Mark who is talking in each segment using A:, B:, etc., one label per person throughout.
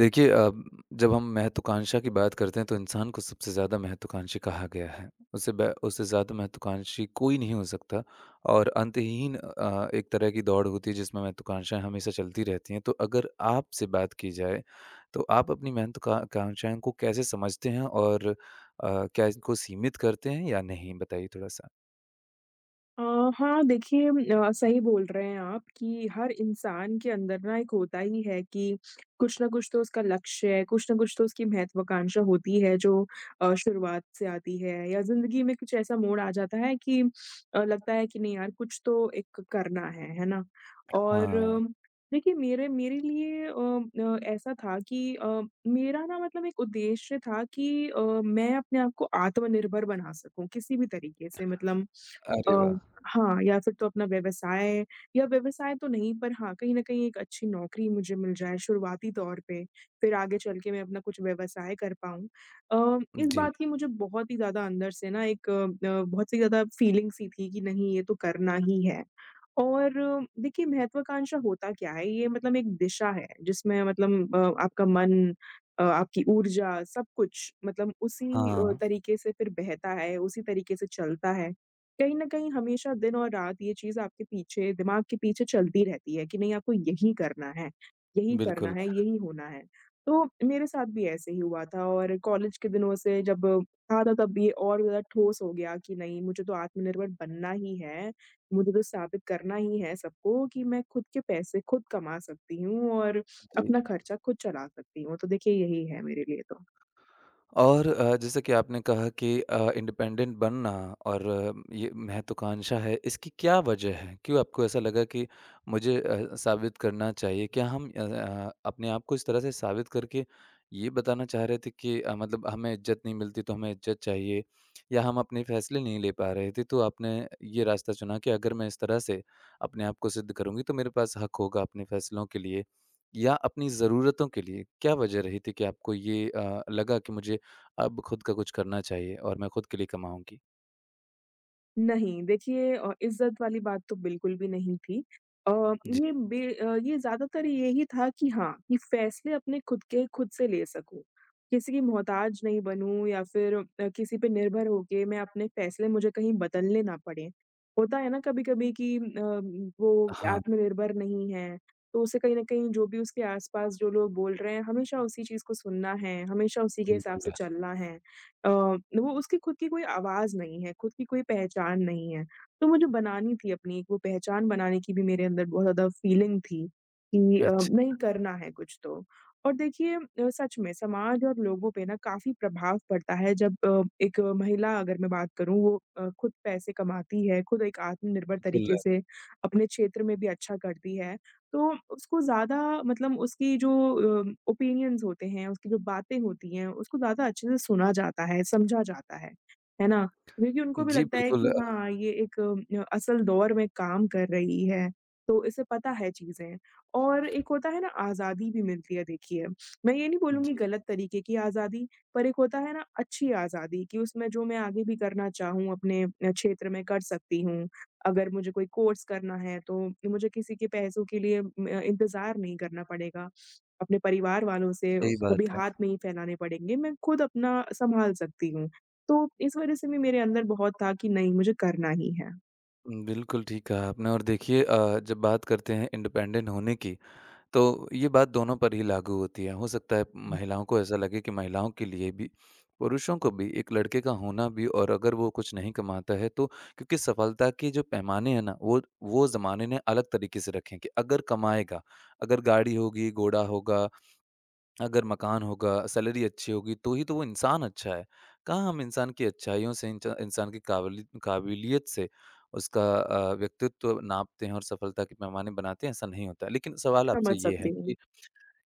A: देखिए जब हम महत्वाकांक्षा की बात करते हैं तो इंसान को सबसे ज़्यादा महत्वाकांक्षी कहा गया है। उससे ज़्यादा महत्वाकांक्षी कोई नहीं हो सकता और अंतहीन, एक तरह की दौड़ होती है जिसमें महत्वाकांक्षाएँ हमेशा चलती रहती हैं। तो अगर आपसे बात की जाए तो आप अपनी महत्वाका कांक्षाओं को कैसे समझते हैं और क्या इनको सीमित करते हैं या नहीं? बताइए थोड़ा-सा।
B: अ, हाँ, देखिए सही बोल रहे हैं आप कि हर इंसान के अंदर ना एक होता ही है कि कुछ न कुछ तो उसका लक्ष्य है, कुछ न कुछ तो उसकी महत्वाकांक्षा होती है जो शुरुआत से आती है या ज़िंदगी में कुछ ऐसा मोड़ आ जाता है कि लगता है कि नहीं यार कुछ तो एक करना है ना? और
A: हाँ,
B: देखिए मेरे मेरे लिए ऐसा था कि मेरा ना मतलब एक उद्देश्य था कि मैं अपने आप को आत्मनिर्भर बना सकूँ किसी भी तरीके से मतलब अ
A: अरे वाह!
B: हाँ, या फिर तो अपना व्यवसाय या व्यवसाय तो नहीं पर हाँ, कहीं न कहीं एक अच्छी नौकरी मुझे मिल जाए शुरुआती तौर पे, फिर आगे चल के मैं अपना कुछ व्यवसाय कर पाऊँ। अ, इस
A: जी,
B: बात की मुझे बहुत ही ज़्यादा अंदर से ना एक बहुत ही ज़्यादा फीलिंग सी थी कि नहीं ये तो करना ही है। और देखिए महत्वाकांक्षा होता क्या है? ये मतलब एक दिशा है जिसमें मतलब आपका मन आपकी ऊर्जा सब कुछ मतलब उसी
A: हाँ,
B: तरीके से फिर बहता है, उसी तरीके से चलता है। कहीं न कहीं हमेशा दिन और रात ये चीज़ आपके पीछे दिमाग के पीछे चलती रहती है कि नहीं आपको यही करना है, यही करना
A: बिल्कुल।
B: है, यही होना है। तो मेरे साथ भी ऐसे ही हुआ था और कॉलेज के दिनों से जब था तब ये और ज़्यादा ठोस हो गया कि नहीं मुझे तो आत्मनिर्भर बनना ही है, मुझे तो साबित करना ही है सबको कि मैं खुद के पैसे खुद कमा सकती हूँ और
A: जी।
B: अपना खर्चा खुद चला सकती हूँ। तो देखिए यही है मेरे लिए तो।
A: और जैसे कि आपने कहा कि इंडिपेंडेंट बनना और ये महत्वाकांक्षा है, इसकी क्या वजह है? क्यों आपको ऐसा लगा कि मुझे साबित करना चाहिए? क्या हम अपने आप को इस तरह से साबित करके ये बताना चाह रहे थे कि मतलब हमें इज़्ज़त नहीं मिलती तो हमें इज़्ज़त चाहिए या हम अपने फैसले नहीं ले पा रहे थे तो आपने ये रास्ता चुना कि अगर मैं इस तरह से अपने आप को सिद्ध करूँगी तो मेरे पास हक होगा अपने फैसलों के लिए या अपनी ज़रूरतों के लिए। क्या वजह रही थी कि आपको ये लगा कि मुझे अब खुद का कुछ करना चाहिए और मैं खुद के लिए कमाऊँगी।
B: नहीं, देखिए इज़्ज़त वाली बात तो बिल्कुल भी नहीं थी। अ,
A: जी।
B: ये ज़्यादातर यही था कि हाँ, कि फ़ैसले अपने खुद के खुद से ले सकूँ। किसी की मोहताज नहीं बनूँ या फिर किसी पे निर्भर होके मैं अपने फ़ैसले मुझे कहीं बदलने ना पड़ें। होता है ना कभी-कभी कि वो
A: हाँ,
B: आत्मनिर्भर नहीं है, तो उसे कहीं न कहीं जो भी उसके आस-पास जो लोग बोल रहे हैं, हमेशा उसी चीज़ को सुनना है, हमेशा उसी के हिसाब
A: बिल्कुल।
B: से चलना है। वो उसकी खुद की कोई आवाज़ नहीं है, खुद की कोई पहचान नहीं है। तो मुझे बनानी थी अपनी एक वो पहचान बनाने की भी मेरे अंदर बहुत ज़्यादा फीलिंग थी कि
A: अच्छा,
B: नहीं करना है कुछ तो। और देखिए सच में समाज और लोगों पे ना काफ़ी प्रभाव पड़ता है जब एक महिला अगर मैं बात करूँ वो खुद पैसे कमाती है, खुद एक आत्मनिर्भर
A: बिल्कुल।
B: तरीके से अपने क्षेत्र में भी अच्छा करती है। तो उसको ज़्यादा मतलब उसकी जो ओपिनियंस होते हैं, उसकी जो बातें होती हैं, उसको ज़्यादा अच्छे से सुना जाता है, समझा जाता है ना? क्योंकि उनको भी
A: जी,
B: लगता है
A: बिल्कुल
B: कि हाँ, ये एक असल दौर में काम कर रही है, तो इसे पता है चीज़ें। और एक होता है ना आज़ादी भी मिलती है देखिए, मैं ये नहीं बोलूँगी
A: जी,
B: गलत तरीके की आज़ादी, पर एक होता है ना अच्छी आज़ादी कि उसमें जो मैं आगे भी करना चाहूँ अपने क्षेत्र में कर सकती हूँ। अगर मुझे कोई कोर्स करना है तो मुझे किसी के पैसों के लिए म इंतज़ार नहीं करना पड़ेगा। अपने परिवार वालों से
A: सही
B: कभी
A: बात है।
B: हाथ नहीं फैलाने पड़ेंगे, मैं खुद अपना सँभाल सकती हूँ। तो इस वज़ह से भी मेरे अंदर बहुत था कि नहीं मुझे करना ही है।
A: बिल्कुल ठीक कहा आपने और देखिए जब बात करते हैं इंडिपेंडेंट होने की, तो ये बात दोनों पर ही लागू होती है। हो सकता है महिलाओं को ऐसा लगे कि महिलाओं के लिए भी, पुरुषों को भी एक लड़के का होना भी और अगर वो कुछ नहीं कमाता है तो क्योंकि सफलता के जो पैमाने हैं ना, वो ज़माने ने अलग तरीके से रखे हैं कि अगर कमाएगा, अगर गाड़ी होगी, घोड़ा होगा अगर मकान होगा, सैलरी अच्छी होगी, तो ही तो वो इंसान अच्छा है। कहाँ हम इंसान की अच्छाइयों से, इंचा इंसान की काबिलियत से उसका व्यक्तित्व नापते हैं और सफलता के पैमाने बनाते हैं, ऐसा नहीं होता है। लेकिन सवाल आपसे
B: समझ
A: ये है
B: सकती हूँ।
A: कि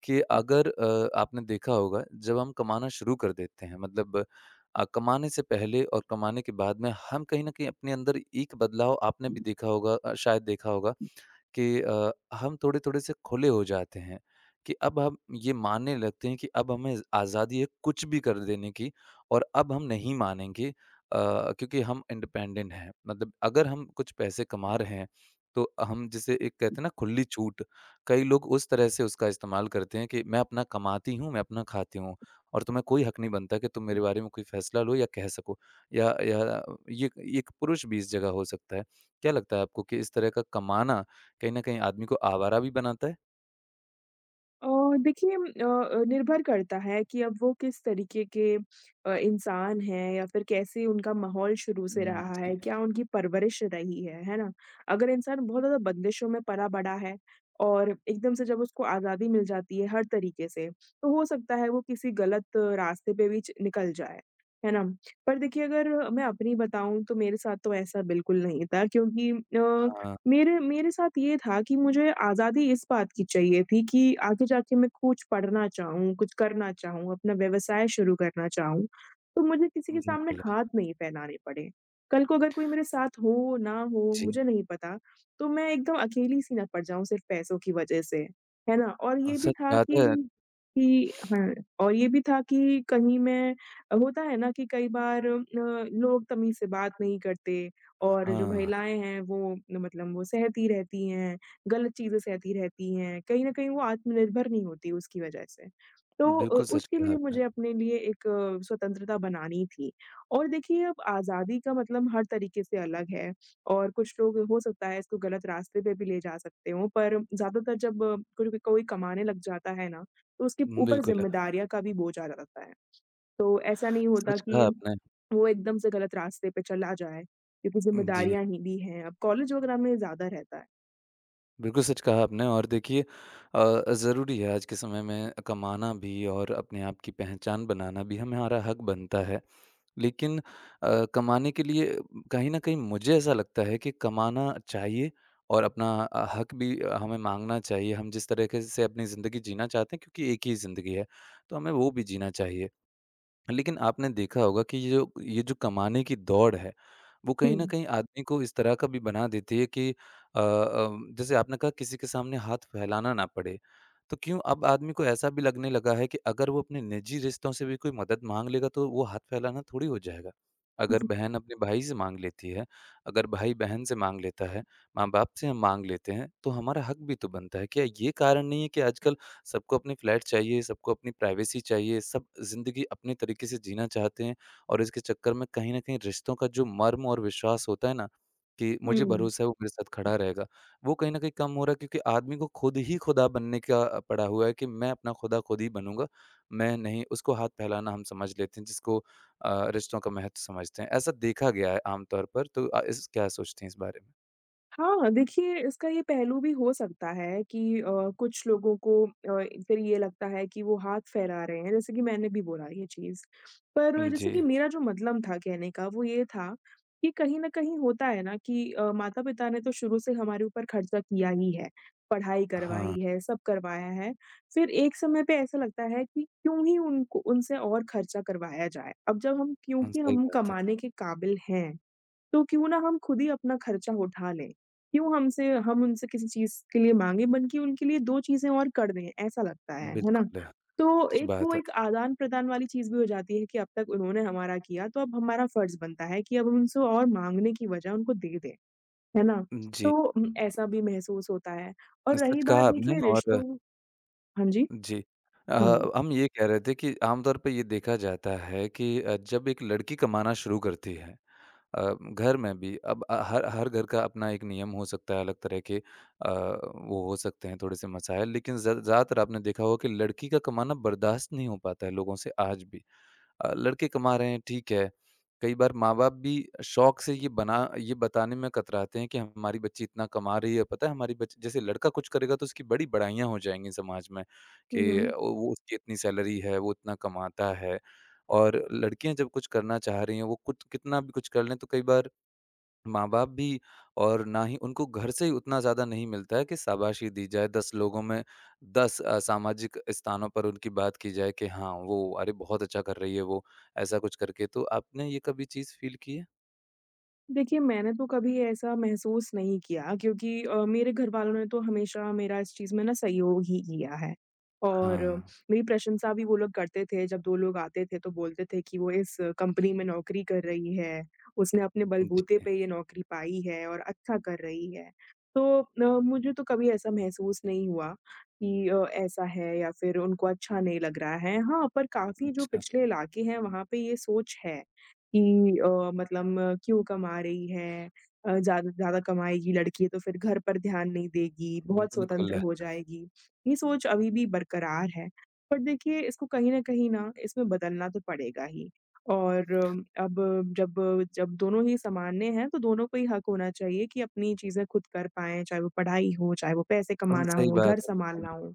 A: अगर आपने देखा होगा, जब हम कमाना शुरू कर देते हैं, मतलब कमाने से पहले और कमाने के बाद में हम कहीं न कहीं अपने अंदर एक बदलाव आपने भी देखा होगा, शायद देखा होगा कि हम थोड़े-थोड़े से खुले हो जाते हैं, कि अब हम ये मानने लगते हैं कि अब हमें आज़ादी है कुछ भी कर देने की और अब हम नहीं मानेंगे, क्योंकि हम इंडिपेंडेंट हैं। मतलब अगर हम कुछ पैसे कमा रहे हैं, तो हम जिसे एक कहते हैं ना खुली छूट, कई लोग उस तरह से उसका इस्तेमाल करते हैं कि मैं अपना कमाती हूँ, मैं अपना खाती हूँ और तुम्हें कोई हक नहीं बनता कि तुम मेरे बारे में कोई फैसला लो या कह सको, या ये एक पुरुष भी इस जगह हो सकता है। क्या लगता है आपको कि इस तरह का कमाना कहीं न कहीं आदमी को आवारा भी बनाता है।
B: अ, देखिए निर्भर करता है कि अब वो किस तरीके के इंसान हैं या फिर कैसे उनका माहौल शुरू से
A: हुँ,
B: रहा है,
A: जी।
B: क्या उनकी परवरिश रही है ना? अगर इंसान बहुत ज़्यादा बंदिशों में पला-बड़ा है और एकदम से जब उसको आज़ादी मिल जाती है हर तरीके से, तो हो सकता है वो किसी गलत रास्ते पे भी च निकल जाए, है ना? पर देखिए अगर मैं अपनी बताऊँ तो मेरे साथ तो ऐसा बिल्कुल नहीं था क्योंकि
A: हाँ,
B: मेरे मेरे साथ ये था कि मुझे आज़ादी इस बात की चाहिए थी कि आगे जाके मैं कुछ पढ़ना चाहूँ, कुछ करना चाहूँ, अपना व्यवसाय शुरू करना चाहूँ, तो मुझे किसी के सामने
A: बिल्कुल।
B: हाथ नहीं फैलाने पड़े। कल को अगर कोई मेरे साथ हो, ना हो,
A: जी,
B: मुझे नहीं पता, तो मैं एकदम अकेली-सी ना पड़ जाऊँ सिर्फ़ पैसों की वजह से, है ना? और ये भी
A: सच
B: था
A: बात है।
B: कि हाँ, और ये भी था कि कहीं मैं होता है ना कि कई बार लोग तमीज़ से बात नहीं करते और जो
A: हाँ,
B: महिलाएँ हैं वो मतलब वो सहती रहती हैं, गलत चीज़ें सहती रहती हैं, कहीं न कहीं वो आत्मनिर्भर नहीं होती उसकी वजह से। तो
A: बिल्कुल सच
B: उसके
A: कहा
B: लिए
A: आपने।
B: मुझे अपने लिए एक स्वतंत्रता बनानी थी और देखिए अब आज़ादी का मतलब हर तरीके से अलग है और कुछ लोग हो सकता है इसको गलत रास्ते पे भी ले जा सकते हों, पर ज़्यादातर जब कोई भी कोई कमाने लग जाता है ना, तो उसके ऊपर
A: बिल्कुल,
B: ज़िम्मेदारियाँ का भी बोझ आ जाता है। तो ऐसा नहीं होता
A: सच
B: कि
A: कहा आपने।
B: वो एकदम से गलत रास्ते पे चला जाए, क्योंकि
A: जी,
B: ज़िम्मेदारियाँ ही भी हैं। अब कॉलेज वगैरह में ज़्यादा रहता है।
A: बिल्कुल सच कहा आपने और देखिए ज़रूरी है आज के समय में कमाना भी और अपने आप की पहचान बनाना भी हमारा हक बनता है। लेकिन कमाने के लिए कहीं न कहीं मुझे ऐसा लगता है कि कमाना चाहिए और अपना हक भी हमें माँगना चाहिए। हम जिस तरीके से अपनी ज़िंदगी जीना चाहते हैं क्योंकि एक ही ज़िंदगी है, तो हमें वो भी जीना चाहिए। लेकिन आपने देखा होगा कि ये जो कमाने की दौड़ है, वो कहीं न
B: हुँ।
A: कहीं आदमी को इस तरह का भी बना देती है कि जैसे आपने कहा किसी के सामने हाथ फैलाना ना पड़े। तो क्यों अब आदमी को ऐसा भी लगने लगा है कि अगर वो अपने निजी रिश्तों से भी कोई मदद माँग लेगा तो वो हाथ फैलाना थोड़ी हो जाएगा।
B: हुँ,
A: अगर
B: हुँ।
A: बहन अपने भाई से माँग लेती है, अगर भाई बहन से माँग लेता है, माँ-बाप से हम माँग लेते हैं, तो हमारा हक भी तो बनता है। क्या ये कारण नहीं है कि आजकल सबको अपनी फ्लैट चाहिए, सबको अपनी प्राइवेसी चाहिए, सब ज़िंदगी अपने तरीके से जीना चाहते हैं और इसके चक्कर में कहीं न कहीं रिश्तों का जो मर्म और विश्वास होता है ना, कि मुझे
B: हुँ।
A: भरोसा है वो मेरे साथ खड़ा रहेगा, वो कहीं न कहीं कम हो रहा है क्योंकि आदमी को खुद ही खुदा बनने का पड़ा हुआ है कि मैं अपना खुदा खुद ही बनूँगा, मैं नहीं उसको हाथ फैलाना हम समझ लेते हैं जिसको रिश्तों का महत्व समझते हैं। ऐसा देखा गया है आम तौर पर तो इस क्या सोचते हैं इस बारे में?
B: हाँ, देखिए इसका ये पहलू भी हो सकता है कि कुछ लोगों को फिर ये लगता है कि वो हाथ फैला रहे हैं, जैसे कि मैंने भी बोला ये चीज़। पर जैसे
A: जी।
B: कि मेरा जो मतलब था कहने का वो ये था कि कहीं न कहीं होता है ना कि माता-पिता ने तो शुरू से हमारे ऊपर खर्चा किया ही है, पढ़ाई करवाई
A: हाँ,
B: है, सब करवाया है। फिर एक समय पे ऐसा लगता है कि क्यों ही उनको उनसे और खर्चा करवाया जाए? अब जब हम
A: हाँ,
B: क्योंकि
A: सही
B: हम
A: बात है।
B: कमाने के काबिल हैं। तो क्यों ना हम खुद ही अपना खर्चा उठा लें? क्यों हमसे हम उनसे किसी चीज़ के लिए माँगे बल्कि उनके लिए 2 चीज़ें और कर दें, ऐसा लगता है ना?
A: बिल्कुल,
B: तो
A: सच
B: एक वो
A: बात है।
B: एक आदान-प्रदान वाली चीज़ भी हो जाती है कि अब तक उन्होंने हमारा किया, तो अब हमारा फ़र्ज़ बनता है कि अब उनसे और माँगने की बजाय उनको दे दें, है ना?
A: जी।
B: तो ऐसा भी महसूस होता है और रही
A: सच
B: बात
A: कहा
B: देखिए
A: आपने और
B: रिश्तों हाँ जी,
A: जी। अ,
B: हाँ।
A: हम ये कह रहे थे कि आम तौर पे ये देखा जाता है कि जब एक लड़की कमाना शुरू करती है, अ, घर में भी अब हर हर घर का अपना एक नियम हो सकता है, अलग तरह के वो हो सकते हैं थोड़े से मसाइल लेकिन ज़्यादातर आपने देखा होगा कि लड़की का कमाना बर्दाश्त नहीं हो पाता है लोगों से आज भी। लड़के कमा रहे हैं ठीक है, कई बार माँ-बाप भी शौक से ये बताने में कतराते हैं कि हमारी बच्ची इतना कमा रही है, पता है हमारी बच्ची जैसे लड़का कुछ करेगा तो उसकी बड़ी बड़ाइयाँ हो जाएँगी समाज में
B: हुँ,
A: कि
B: हुँ।
A: वो उसकी इतनी सैलरी है, वो इतना कमाता है और लड़कियाँ जब कुछ करना चाह रही हैं, वो कुछ कितना भी कुछ कर लें तो कई बार माँ-बाप भी और ना ही उनको घर से ही उतना ज़्यादा नहीं मिलता है कि शाबाशी दी जाए, 10 लोगों में, 10 सामाजिक स्थानों पर उनकी बात की जाए कि हाँ, वो अरे! बहुत अच्छा कर रही है वो, ऐसा कुछ करके। तो आपने ये कभी चीज़ फ़ील की है?
B: देखिए, मैंने तो कभी ऐसा महसूस नहीं किया क्योंकि मेरे घरवालों ने तो हमेशा मेरा इस चीज़ में ना सहयोग ही किया है
A: हाँ।
B: और मेरी प्रशंसा भी वो लोग करते थे। जब 2 लोग आते थे तो बोलते थे कि वो इस कंपनी में नौकरी कर रही है, उसने अपने बलबूते
A: जी।
B: पे ये नौकरी पाई है और अच्छा कर रही है। तो मुझे तो कभी ऐसा महसूस नहीं हुआ कि ऐसा है या फिर उनको अच्छा नहीं लग रहा है। हाँ, पर काफ़ी जो
A: अच्छा।
B: पिछले इलाके हैं वहाँ पे ये सोच है। कि मतलब क्यों कमा रही है ज़्यादा से ज़्यादा कमाएगी लड़की तो फिर घर पर ध्यान नहीं देगी, बहुत स्वतंत्र
A: बिल्कुल।
B: हो जाएगी। ये सोच अभी भी बरकरार है। पर देखिए इसको कहीं न कहीं ना इसमें बदलना तो पड़ेगा ही और अब जब जब दोनों ही समान्य हैं तो दोनों को ही हक होना चाहिए कि अपनी चीज़ें खुद कर पाएँ, चाहे वो पढ़ाई हो, चाहे वो पैसे कमाना
A: सही
B: हो,
A: बात
B: घर
A: है, बिल्कुल।
B: सँभालना हो।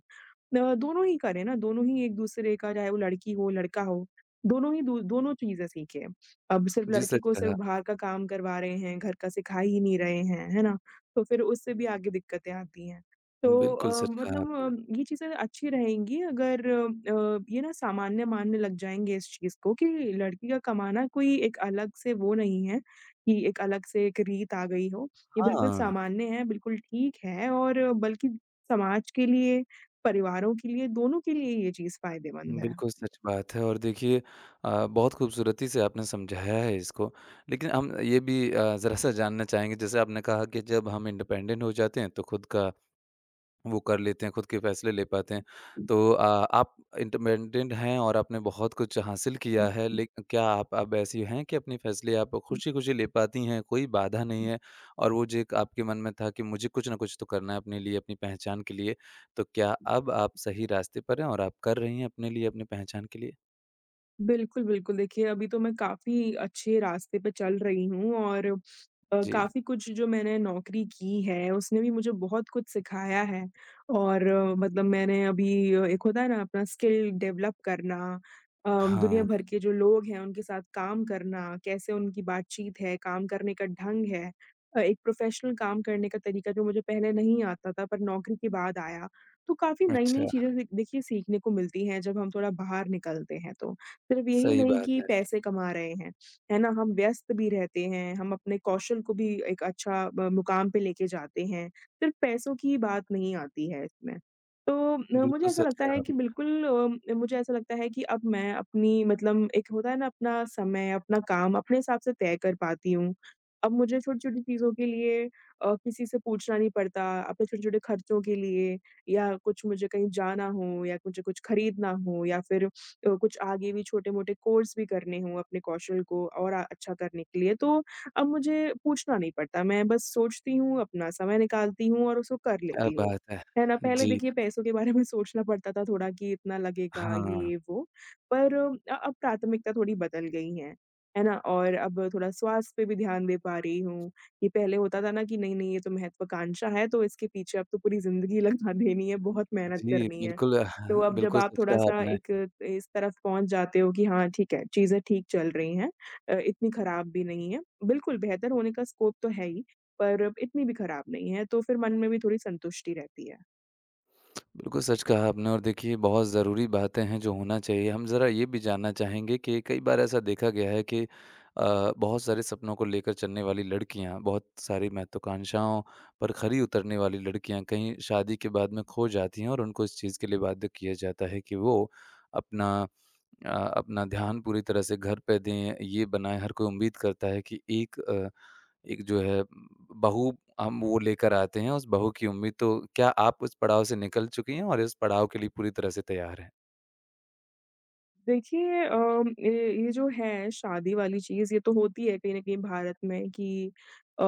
B: दोनों ही करें ना, दोनों ही एक-दूसरे का चाहे वो लड़की हो, लड़का हो, दोनों ही दू दोनों चीज़ें सीखें। अब सिर्फ
A: जी,
B: लड़के
A: सच
B: को सिर्फ
A: कहा।
B: बाहर का काम करवा रहे हैं, घर का सिखा ही नहीं रहे हैं, है ना? तो फिर उससे भी आगे दिक्कतें आती हैं। तो
A: बिल्कुल सच कहा
B: मतलब
A: आपने।
B: ये चीज़ें अच्छी रहेंगी अगर ये ना सामान्य मानने लग जाएँगे इस चीज़ को कि लड़की का कमाना कोई एक अलग से वो नहीं है कि एक अलग से एक रीत आ गई हो। ये बिल्कुल
A: हाँ।
B: सामान्य है, बिल्कुल ठीक है और बल्कि समाज के लिए परिवारों के लिए, दोनों के लिए ये चीज़ फ़ायदेमंद है।
A: बिल्कुल सच बात है और देखिए बहुत खूबसूरती से आपने समझाया है इसको। लेकिन हम ये भी ज़रा-सा जानना चाहेंगे जैसे आपने कहा कि जब हम इंडिपेंडेंट हो जाते हैं तो खुद का वो कर लेते हैं, खुद के फ़ैसले ले पाते हैं। तो आप इंडिपेंडेंट हैं और आपने बहुत कुछ हासिल किया है, लेक क्या आप अब ऐसी हैं कि अपने फ़ैसले आप खुशी-खुशी ले पाती हैं, कोई बाधा नहीं है और वो जो एक आपके मन में था कि मुझे कुछ न कुछ तो करना है अपने लिए, अपनी पहचान के लिए, तो क्या अब आप सही रास्ते पर हैं और आप कर रही हैं अपने लिए, अपनी पहचान के लिए?
B: बिल्कुल, बिल्कुल। देखिए, अभी तो मैं काफ़ी अच्छे रास्ते पे चल रही हूँ और
A: जी।
B: काफ़ी कुछ जो मैंने नौकरी की है, उसने भी मुझे बहुत कुछ सिखाया है और मतलब मैंने अभी एक होता है ना अपना स्किल डेवलप करना दुनिया
A: हाँ,
B: भर के जो लोग हैं, उनके साथ काम करना, कैसे उनकी बातचीत है, काम करने का ढंग है एक प्रोफ़ेशनल काम करने का तरीका जो मुझे पहले नहीं आता था, पर नौकरी के बाद आया। तो काफ़ी नई-नई
A: अच्छा,
B: चीज़ें दे देखिए सीखने को मिलती हैं, जब हम थोड़ा बाहर निकलते हैं तो। सिर्फ यही
A: सही
B: नहीं
A: बात
B: कि
A: है।
B: पैसे कमा रहे हैं, है ना? हम व्यस्त भी रहते हैं, हम अपने कौशल को भी एक अच्छा मुकाम पे लेके जाते हैं, सिर्फ पैसों की बात नहीं आती है इसमें। तो अ, मुझे
A: बिल्कुल
B: ऐसा
A: सच
B: लगता
A: कहा
B: है कि
A: आपने,
B: बिल्कुल मुझे ऐसा लगता है कि अब मैं अपनी मतलब एक होता है ना अपना समय, अपना काम अपने हिसाब से तय कर पाती हूँ। अब मुझे छोटी-छोटी चीज़ों के लिए किसी से पूछना नहीं पड़ता, अपने छोटे-छोटे खर्चों के लिए या कुछ मुझे कहीं जाना हो या मुझे कुछ खरीदना हो या फिर कुछ आगे भी छोटे-मोटे कोर्स भी करने हों अपने कौशल को और अच्छा करने के लिए, तो अब मुझे पूछना नहीं पड़ता। मैं बस सोचती हूँ, अपना समय निकालती हूँ और उसको कर
A: क्या
B: लेती हूँ।
A: बात है!
B: है ना? पहले
A: जी,
B: देखिए पैसों के बारे में सोचना पड़ता था थोड़ा कि इतना लगेगा,
A: हाँ।
B: ये वो, पर अब प्राथमिकता थोड़ी बदल गई हैं। है ना? और अब थोड़ा स्वास्थ्य पे भी ध्यान दे पा रही हूँ, कि पहले होता था ना कि नहीं-नहीं ये तो महत्वाकांक्षा है, तो इसके पीछे अब तो पूरी ज़िंदगी लगा देनी है, बहुत मेहनत
A: जी,
B: करनी है।
A: बिल्कुल,
B: तो
A: हाँ,
B: अब जब
A: बिल्कुल
B: आप
A: सच कहा
B: थोड़ा-सा
A: आपने।
B: एक इस तरफ पहुँच जाते हो कि हाँ, ठीक है, चीज़ें ठीक चल रही हैं इतनी खराब भी नहीं है। बिल्कुल, बेहतर होने का स्कोप तो है ही, पर इतनी भी खराब नहीं है, तो फिर मन में भी थोड़ी संतुष्टि रहती है।
A: बिल्कुल सच कहा आपने और देखिए बहुत ज़रूरी बातें हैं जो होना चाहिए। हम ज़रा ये भी जानना चाहेंगे कि कई बार ऐसा देखा गया है कि बहुत सारे सपनों को लेकर चलने वाली लड़कियाँ, बहुत सारी महत्वाकांक्षाओं पर खरी उतरने वाली लड़कियाँ कहीं शादी के बाद में खो जाती हैं और उनको इस चीज़ के लिए बाध्य किया जाता है कि वो अपना अपना ध्यान पूरी तरह से घर पे दें। ये बनाएँ हर कोई उम्मीद करता है कि एक जो है बहू हम वो लेकर आते हैं, उस बहू की उम्मीद तो क्या आप उस पड़ाव से निकल चुकी हैं और इस पड़ाव के लिए पूरी तरह से तैयार हैं?
B: देखिए ये जो है शादी वाली चीज़ ये तो होती है कहीं न कहीं भारत में कि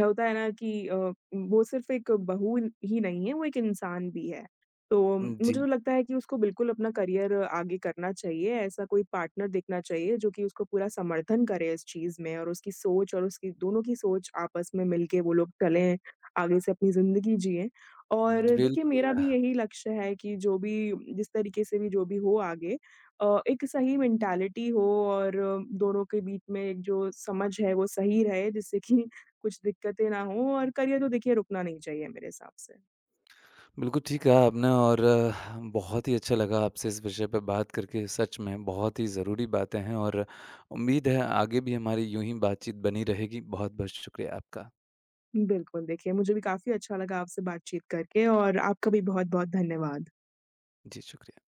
B: होता है ना कि वो सिर्फ़ एक बहू ही नहीं है, वो एक इंसान भी है। तो मुझे तो
A: जी,
B: लगता है कि उसको बिल्कुल अपना करियर आगे करना चाहिए, ऐसा कोई पार्टनर देखना चाहिए जो कि उसको पूरा समर्थन करे इस चीज़ में और उसकी सोच और उसकी दोनों की सोच आपस में मिल के वो लोग चलें, आगे से अपनी ज़िंदगी जिएँ।
A: जी,
B: और देखिए मेरा
A: बिल्कुल।
B: भी यही लक्ष्य है कि जो भी जिस तरीके से भी जो भी हो आगे एक सही मेंटालिटी हो और दोनों के बीच में एक जो समझ है वो सही रहे जिससे कि कुछ दिक्कतें ना हो और करियर तो देखिए रुकना नहीं चाहिए मेरे हिसाब से।
A: बिल्कुल ठीक कहा आपने और बहुत ही अच्छा लगा आपसे इस विषय पे बात करके, सच में बहुत ही ज़रूरी बातें हैं और उम्मीद है आगे भी हमारी यूँ ही बातचीत बनी रहेगी। बहुत-बहुत शुक्रिया आपका।
B: बिल्कुल, देखिए मुझे भी काफ़ी अच्छा लगा आपसे बातचीत करके और आपका भी बहुत-बहुत धन्यवाद।
A: जी, शुक्रिया।